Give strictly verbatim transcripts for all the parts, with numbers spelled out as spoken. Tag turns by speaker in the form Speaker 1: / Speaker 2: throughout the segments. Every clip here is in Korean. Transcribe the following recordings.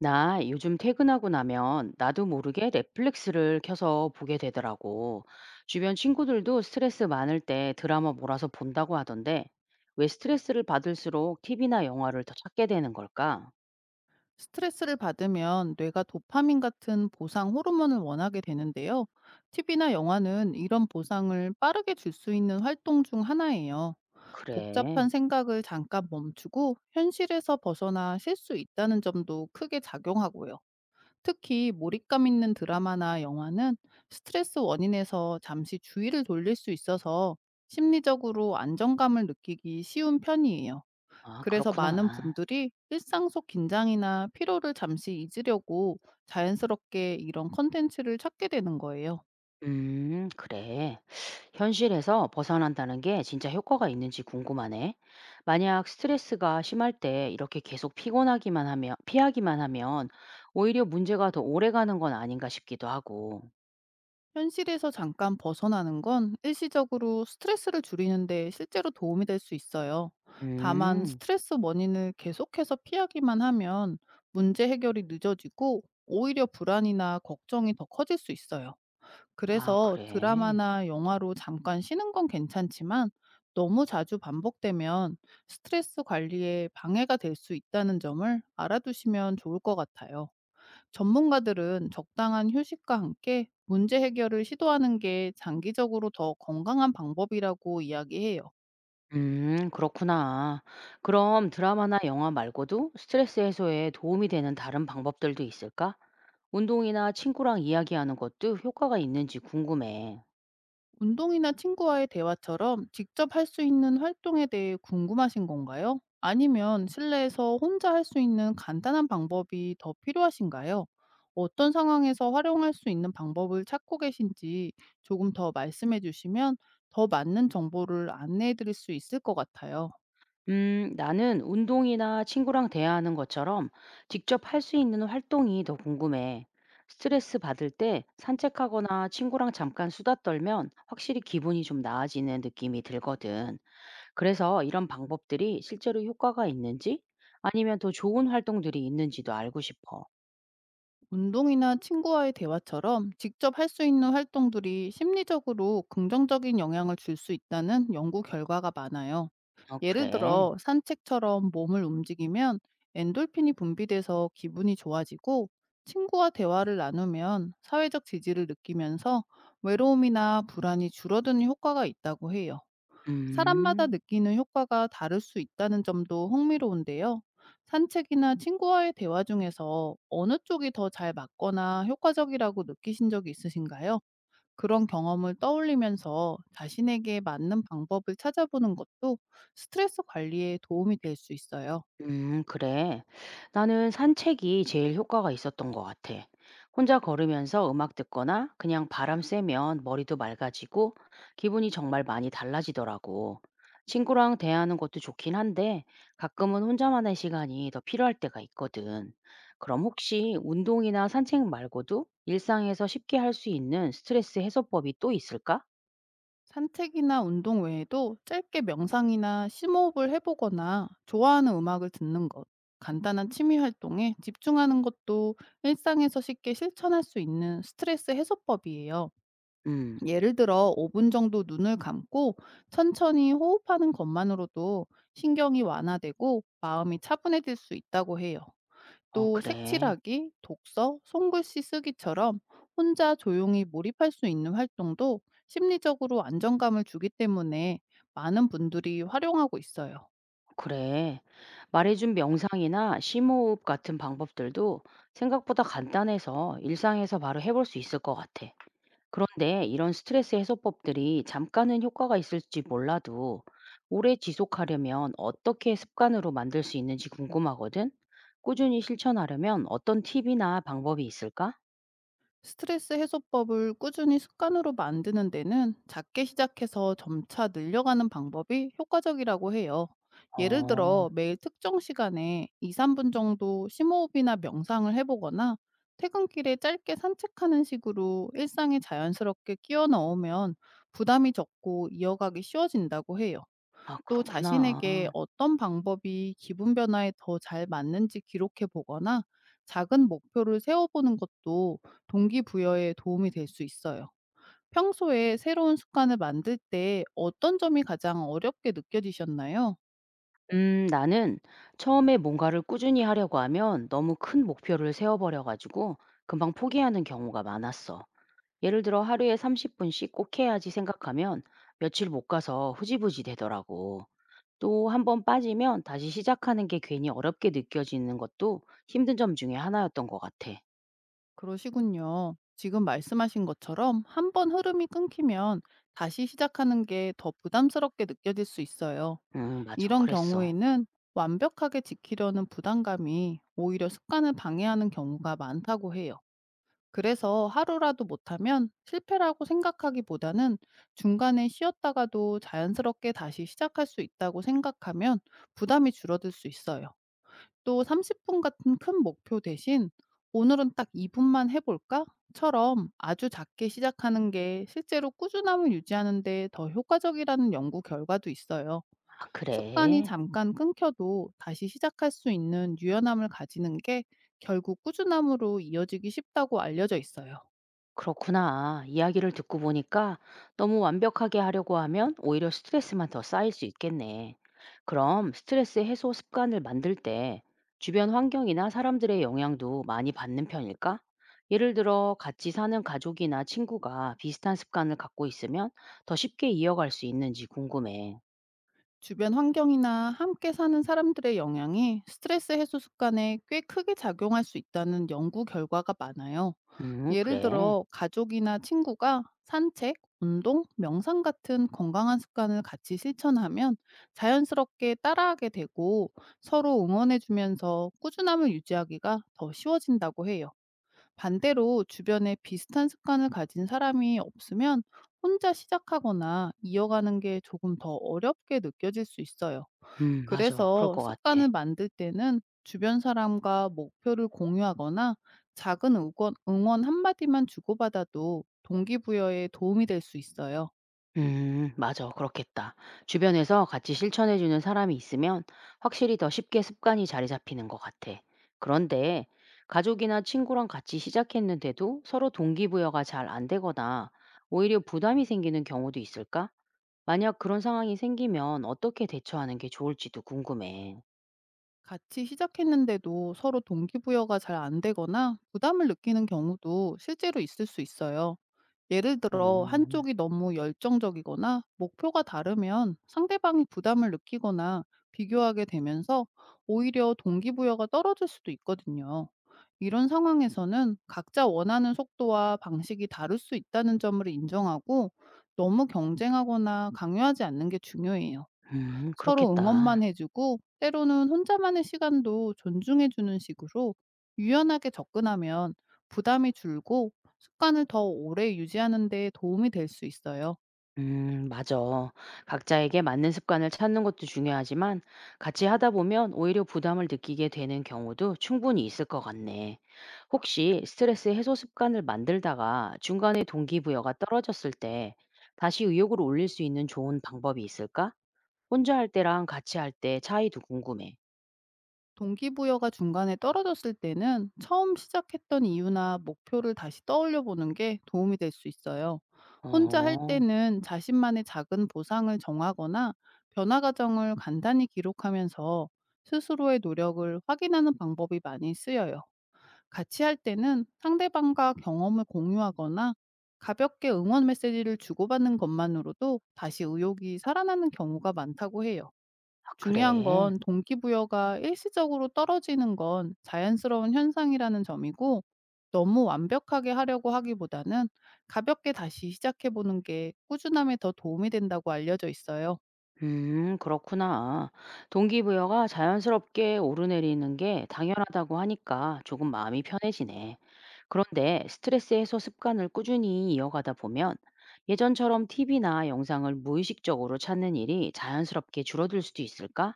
Speaker 1: 나 요즘 퇴근하고 나면 나도 모르게 넷플릭스를 켜서 보게 되더라고. 주변 친구들도 스트레스 많을 때 드라마 몰아서 본다고 하던데, 왜 스트레스를 받을수록 티비나 영화를 더 찾게 되는 걸까?
Speaker 2: 스트레스를 받으면 뇌가 도파민 같은 보상 호르몬을 원하게 되는데요. 티비나 영화는 이런 보상을 빠르게 줄 수 있는 활동 중 하나예요. 복잡한
Speaker 1: 그래.
Speaker 2: 생각을 잠깐 멈추고 현실에서 벗어나 쉴 수 있다는 점도 크게 작용하고요. 특히 몰입감 있는 드라마나 영화는 스트레스 원인에서 잠시 주의를 돌릴 수 있어서 심리적으로 안정감을 느끼기 쉬운 편이에요.
Speaker 1: 아,
Speaker 2: 그래서 많은
Speaker 1: 그렇구나.
Speaker 2: 분들이 일상 속 긴장이나 피로를 잠시 잊으려고 자연스럽게 이런 컨텐츠를 찾게 되는 거예요.
Speaker 1: 음, 그래. 현실에서 벗어난다는 게 진짜 효과가 있는지 궁금하네. 만약 스트레스가 심할 때 이렇게 계속 피곤하기만 하면, 피하기만 하면 오히려 문제가 더 오래 가는 건 아닌가 싶기도 하고.
Speaker 2: 현실에서 잠깐 벗어나는 건 일시적으로 스트레스를 줄이는데 실제로 도움이 될 수 있어요. 다만
Speaker 1: 음,
Speaker 2: 스트레스 원인을 계속해서 피하기만 하면 문제 해결이 늦어지고 오히려 불안이나 걱정이 더 커질 수 있어요.
Speaker 1: 아,
Speaker 2: 그래서
Speaker 1: 그래.
Speaker 2: 드라마나 영화로 잠깐 쉬는 건 괜찮지만, 너무 자주 반복되면 스트레스 관리에 방해가 될 수 있다는 점을 알아두시면 좋을 것 같아요. 전문가들은 적당한 휴식과 함께 문제 해결을 시도하는 게 장기적으로 더 건강한 방법이라고 이야기해요.
Speaker 1: 음, 그렇구나. 그럼 드라마나 영화 말고도 스트레스 해소에 도움이 되는 다른 방법들도 있을까? 운동이나 친구랑 이야기하는 것도 효과가 있는지 궁금해.
Speaker 2: 운동이나 친구와의 대화처럼 직접 할 수 있는 활동에 대해 궁금하신 건가요? 아니면 실내에서 혼자 할 수 있는 간단한 방법이 더 필요하신가요? 어떤 상황에서 활용할 수 있는 방법을 찾고 계신지 조금 더 말씀해 주시면 더 맞는 정보를 안내해 드릴 수 있을 것 같아요.
Speaker 1: 음, 나는 운동이나 친구랑 대화하는 것처럼 직접 할 수 있는 활동이 더 궁금해. 스트레스 받을 때 산책하거나 친구랑 잠깐 수다 떨면 확실히 기분이 좀 나아지는 느낌이 들거든. 그래서 이런 방법들이 실제로 효과가 있는지 아니면 더 좋은 활동들이 있는지도 알고 싶어.
Speaker 2: 운동이나 친구와의 대화처럼 직접 할 수 있는 활동들이 심리적으로 긍정적인 영향을 줄 수 있다는 연구 결과가 많아요.
Speaker 1: 어,
Speaker 2: 예를
Speaker 1: 그래.
Speaker 2: 들어 산책처럼 몸을 움직이면 엔돌핀이 분비돼서 기분이 좋아지고, 친구와 대화를 나누면 사회적 지지를 느끼면서 외로움이나 불안이 줄어드는 효과가 있다고 해요. 사람마다
Speaker 1: 음.
Speaker 2: 느끼는 효과가 다를 수 있다는 점도 흥미로운데요. 산책이나 친구와의 대화 중에서 어느 쪽이 더 잘 맞거나 효과적이라고 느끼신 적이 있으신가요? 그런 경험을 떠올리면서 자신에게 맞는 방법을 찾아보는 것도 스트레스 관리에 도움이 될 수 있어요.
Speaker 1: 음, 그래. 나는 산책이 제일 효과가 있었던 것 같아. 혼자 걸으면서 음악 듣거나 그냥 바람 쐬면 머리도 맑아지고 기분이 정말 많이 달라지더라고. 친구랑 대화하는 것도 좋긴 한데 가끔은 혼자만의 시간이 더 필요할 때가 있거든. 그럼 혹시 운동이나 산책 말고도 일상에서 쉽게 할 수 있는 스트레스 해소법이 또 있을까?
Speaker 2: 산책이나 운동 외에도 짧게 명상이나 심호흡을 해보거나, 좋아하는 음악을 듣는 것, 간단한 취미 활동에 집중하는 것도 일상에서 쉽게 실천할 수 있는 스트레스 해소법이에요.
Speaker 1: 음,
Speaker 2: 예를 들어 오 분 정도 눈을 감고 천천히 호흡하는 것만으로도 신경이 완화되고 마음이 차분해질 수 있다고 해요.
Speaker 1: 어,
Speaker 2: 또
Speaker 1: 그래.
Speaker 2: 색칠하기, 독서, 손글씨 쓰기처럼 혼자 조용히 몰입할 수 있는 활동도 심리적으로 안정감을 주기 때문에 많은 분들이 활용하고 있어요.
Speaker 1: 그래. 말해준 명상이나 심호흡 같은 방법들도 생각보다 간단해서 일상에서 바로 해볼 수 있을 것 같아. 그런데 이런 스트레스 해소법들이 잠깐은 효과가 있을지 몰라도 오래 지속하려면 어떻게 습관으로 만들 수 있는지 궁금하거든? 꾸준히 실천하려면 어떤 팁이나 방법이 있을까?
Speaker 2: 스트레스 해소법을 꾸준히 습관으로 만드는 데는 작게 시작해서 점차 늘려가는 방법이 효과적이라고 해요. 예를 들어
Speaker 1: 어,
Speaker 2: 매일 특정 시간에 이, 삼 분 정도 심호흡이나 명상을 해보거나, 퇴근길에 짧게 산책하는 식으로 일상에 자연스럽게 끼워 넣으면 부담이 적고 이어가기 쉬워진다고 해요.
Speaker 1: 아,
Speaker 2: 또 자신에게
Speaker 1: 그렇구나.
Speaker 2: 어떤 방법이 기분 변화에 더 잘 맞는지 기록해 보거나, 작은 목표를 세워보는 것도 동기부여에 도움이 될 수 있어요. 평소에 새로운 습관을 만들 때 어떤 점이 가장 어렵게 느껴지셨나요?
Speaker 1: 음, 나는 처음에 뭔가를 꾸준히 하려고 하면 너무 큰 목표를 세워버려가지고 금방 포기하는 경우가 많았어. 예를 들어 하루에 삼십 분씩 꼭 해야지 생각하면 며칠 못 가서 후지부지 되더라고. 또 한 번 빠지면 다시 시작하는 게 괜히 어렵게 느껴지는 것도 힘든 점 중에 하나였던 것 같아.
Speaker 2: 그러시군요. 지금 말씀하신 것처럼 한 번 흐름이 끊기면 다시 시작하는 게 더 부담스럽게 느껴질 수 있어요.
Speaker 1: 음, 맞아.
Speaker 2: 이런
Speaker 1: 그랬어.
Speaker 2: 경우에는 완벽하게 지키려는 부담감이 오히려 습관을 방해하는 경우가 많다고 해요. 그래서 하루라도 못하면 실패라고 생각하기보다는, 중간에 쉬었다가도 자연스럽게 다시 시작할 수 있다고 생각하면 부담이 줄어들 수 있어요. 또 삼십 분 같은 큰 목표 대신 "오늘은 딱 이 분만 해볼까? 처럼 아주 작게 시작하는 게 실제로 꾸준함을 유지하는 데 더 효과적이라는 연구 결과도 있어요.
Speaker 1: 아,
Speaker 2: 습관이
Speaker 1: 그래.
Speaker 2: 잠깐 끊겨도 다시 시작할 수 있는 유연함을 가지는 게 결국 꾸준함으로 이어지기 쉽다고 알려져 있어요.
Speaker 1: 그렇구나. 이야기를 듣고 보니까 너무 완벽하게 하려고 하면 오히려 스트레스만 더 쌓일 수 있겠네. 그럼 스트레스 해소 습관을 만들 때 주변 환경이나 사람들의 영향도 많이 받는 편일까? 예를 들어 같이 사는 가족이나 친구가 비슷한 습관을 갖고 있으면 더 쉽게 이어갈 수 있는지 궁금해.
Speaker 2: 주변 환경이나 함께 사는 사람들의 영향이 스트레스 해소 습관에 꽤 크게 작용할 수 있다는 연구 결과가 많아요.
Speaker 1: 음,
Speaker 2: 예를
Speaker 1: 그래.
Speaker 2: 들어, 가족이나 친구가 산책, 운동, 명상 같은 건강한 습관을 같이 실천하면 자연스럽게 따라하게 되고, 서로 응원해주면서 꾸준함을 유지하기가 더 쉬워진다고 해요. 반대로 주변에 비슷한 습관을 가진 사람이 없으면 혼자 시작하거나 이어가는 게 조금 더 어렵게 느껴질 수 있어요.
Speaker 1: 음, 맞아. 그럴
Speaker 2: 그래서
Speaker 1: 것 같아.
Speaker 2: 습관을 만들 때는 주변 사람과 목표를 공유하거나, 작은 응원, 응원 한마디만 주고받아도 동기부여에 도움이 될 수 있어요.
Speaker 1: 음, 맞아. 그렇겠다. 주변에서 같이 실천해 주는 사람이 있으면 확실히 더 쉽게 습관이 자리 잡히는 것 같아. 그런데 가족이나 친구랑 같이 시작했는데도 서로 동기부여가 잘 안 되거나 오히려 부담이 생기는 경우도 있을까? 만약 그런 상황이 생기면 어떻게 대처하는 게 좋을지도 궁금해.
Speaker 2: 같이 시작했는데도 서로 동기부여가 잘 안 되거나 부담을 느끼는 경우도 실제로 있을 수 있어요. 예를 들어
Speaker 1: 음,
Speaker 2: 한쪽이 너무 열정적이거나 목표가 다르면 상대방이 부담을 느끼거나 비교하게 되면서 오히려 동기부여가 떨어질 수도 있거든요. 이런 상황에서는 각자 원하는 속도와 방식이 다를 수 있다는 점을 인정하고, 너무 경쟁하거나 강요하지 않는 게 중요해요.
Speaker 1: 음,
Speaker 2: 서로 응원만
Speaker 1: 그렇겠다.
Speaker 2: 해주고 때로는 혼자만의 시간도 존중해주는 식으로 유연하게 접근하면 부담이 줄고 습관을 더 오래 유지하는 데 도움이 될 수 있어요.
Speaker 1: 음, 맞아. 각자에게 맞는 습관을 찾는 것도 중요하지만 같이 하다 보면 오히려 부담을 느끼게 되는 경우도 충분히 있을 것 같네. 혹시 스트레스 해소 습관을 만들다가 중간에 동기부여가 떨어졌을 때 다시 의욕을 올릴 수 있는 좋은 방법이 있을까? 혼자 할 때랑 같이 할 때 차이도 궁금해.
Speaker 2: 동기부여가 중간에 떨어졌을 때는 처음 시작했던 이유나 목표를 다시 떠올려 보는 게 도움이 될 수 있어요. 혼자 할
Speaker 1: 어,
Speaker 2: 때는 자신만의 작은 보상을 정하거나, 변화 과정을 간단히 기록하면서 스스로의 노력을 확인하는 방법이 많이 쓰여요. 같이 할 때는 상대방과 경험을 공유하거나, 가볍게 응원 메시지를 주고받는 것만으로도 다시 의욕이 살아나는 경우가 많다고 해요.
Speaker 1: 아,
Speaker 2: 중요한
Speaker 1: 그래.
Speaker 2: 건 동기부여가 일시적으로 떨어지는 건 자연스러운 현상이라는 점이고, 너무 완벽하게 하려고 하기보다는 가볍게 다시 시작해보는 게 꾸준함에 더 도움이 된다고 알려져 있어요.
Speaker 1: 음, 그렇구나. 동기부여가 자연스럽게 오르내리는 게 당연하다고 하니까 조금 마음이 편해지네. 그런데 스트레스 해소 습관을 꾸준히 이어가다 보면 예전처럼 티비나 영상을 무의식적으로 찾는 일이 자연스럽게 줄어들 수도 있을까?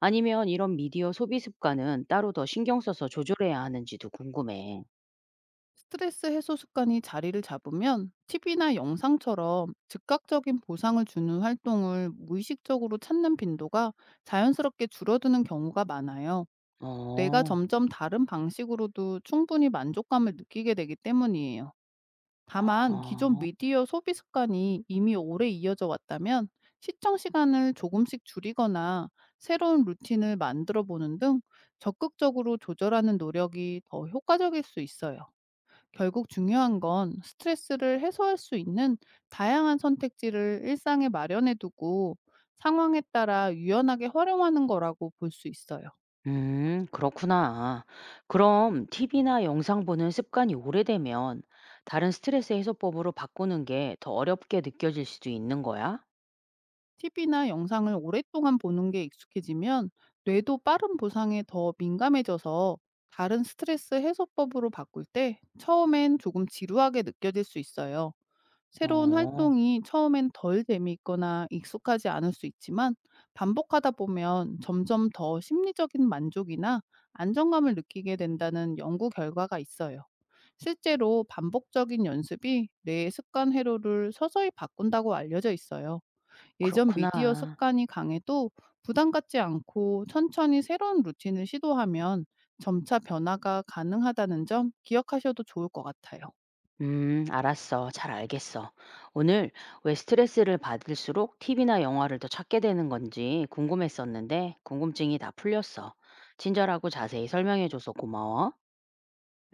Speaker 1: 아니면 이런 미디어 소비 습관은 따로 더 신경 써서 조절해야 하는지도 궁금해.
Speaker 2: 스트레스 해소 습관이 자리를 잡으면 티비나 영상처럼 즉각적인 보상을 주는 활동을 무의식적으로 찾는 빈도가 자연스럽게 줄어드는 경우가 많아요. 뇌가
Speaker 1: 어,
Speaker 2: 점점 다른 방식으로도 충분히 만족감을 느끼게 되기 때문이에요. 다만, 기존
Speaker 1: 어.
Speaker 2: 미디어 소비 습관이 이미 오래 이어져 왔다면 시청 시간을 조금씩 줄이거나 새로운 루틴을 만들어 보는 등 적극적으로 조절하는 노력이 더 효과적일 수 있어요. 결국 중요한 건 스트레스를 해소할 수 있는 다양한 선택지를 일상에 마련해 두고 상황에 따라 유연하게 활용하는 거라고 볼 수 있어요.
Speaker 1: 음, 그렇구나. 그럼 티비나 영상 보는 습관이 오래되면 다른 스트레스 해소법으로 바꾸는 게 더 어렵게 느껴질 수도 있는 거야?
Speaker 2: 티비를 영상을 오랫동안 보는 게 익숙해지면 뇌도 빠른 보상에 더 민감해져서 다른 스트레스 해소법으로 바꿀 때 처음엔 조금 지루하게 느껴질 수 있어요. 새로운
Speaker 1: 어,
Speaker 2: 활동이 처음엔 덜 재미있거나 익숙하지 않을 수 있지만, 반복하다 보면 점점 더 심리적인 만족이나 안정감을 느끼게 된다는 연구 결과가 있어요. 실제로 반복적인 연습이 뇌의 습관 회로를 서서히 바꾼다고 알려져 있어요. 예전 미디어
Speaker 1: 그렇구나.
Speaker 2: 습관이 강해도 부담 갖지 않고 천천히 새로운 루틴을 시도하면 점차 변화가 가능하다는 점 기억하셔도 좋을 것 같아요.
Speaker 1: 음, 알았어. 잘 알겠어. 오늘 왜 스트레스를 받을수록 티비나 영화를 더 찾게 되는 건지 궁금했었는데 궁금증이 다 풀렸어. 친절하고 자세히 설명해줘서 고마워.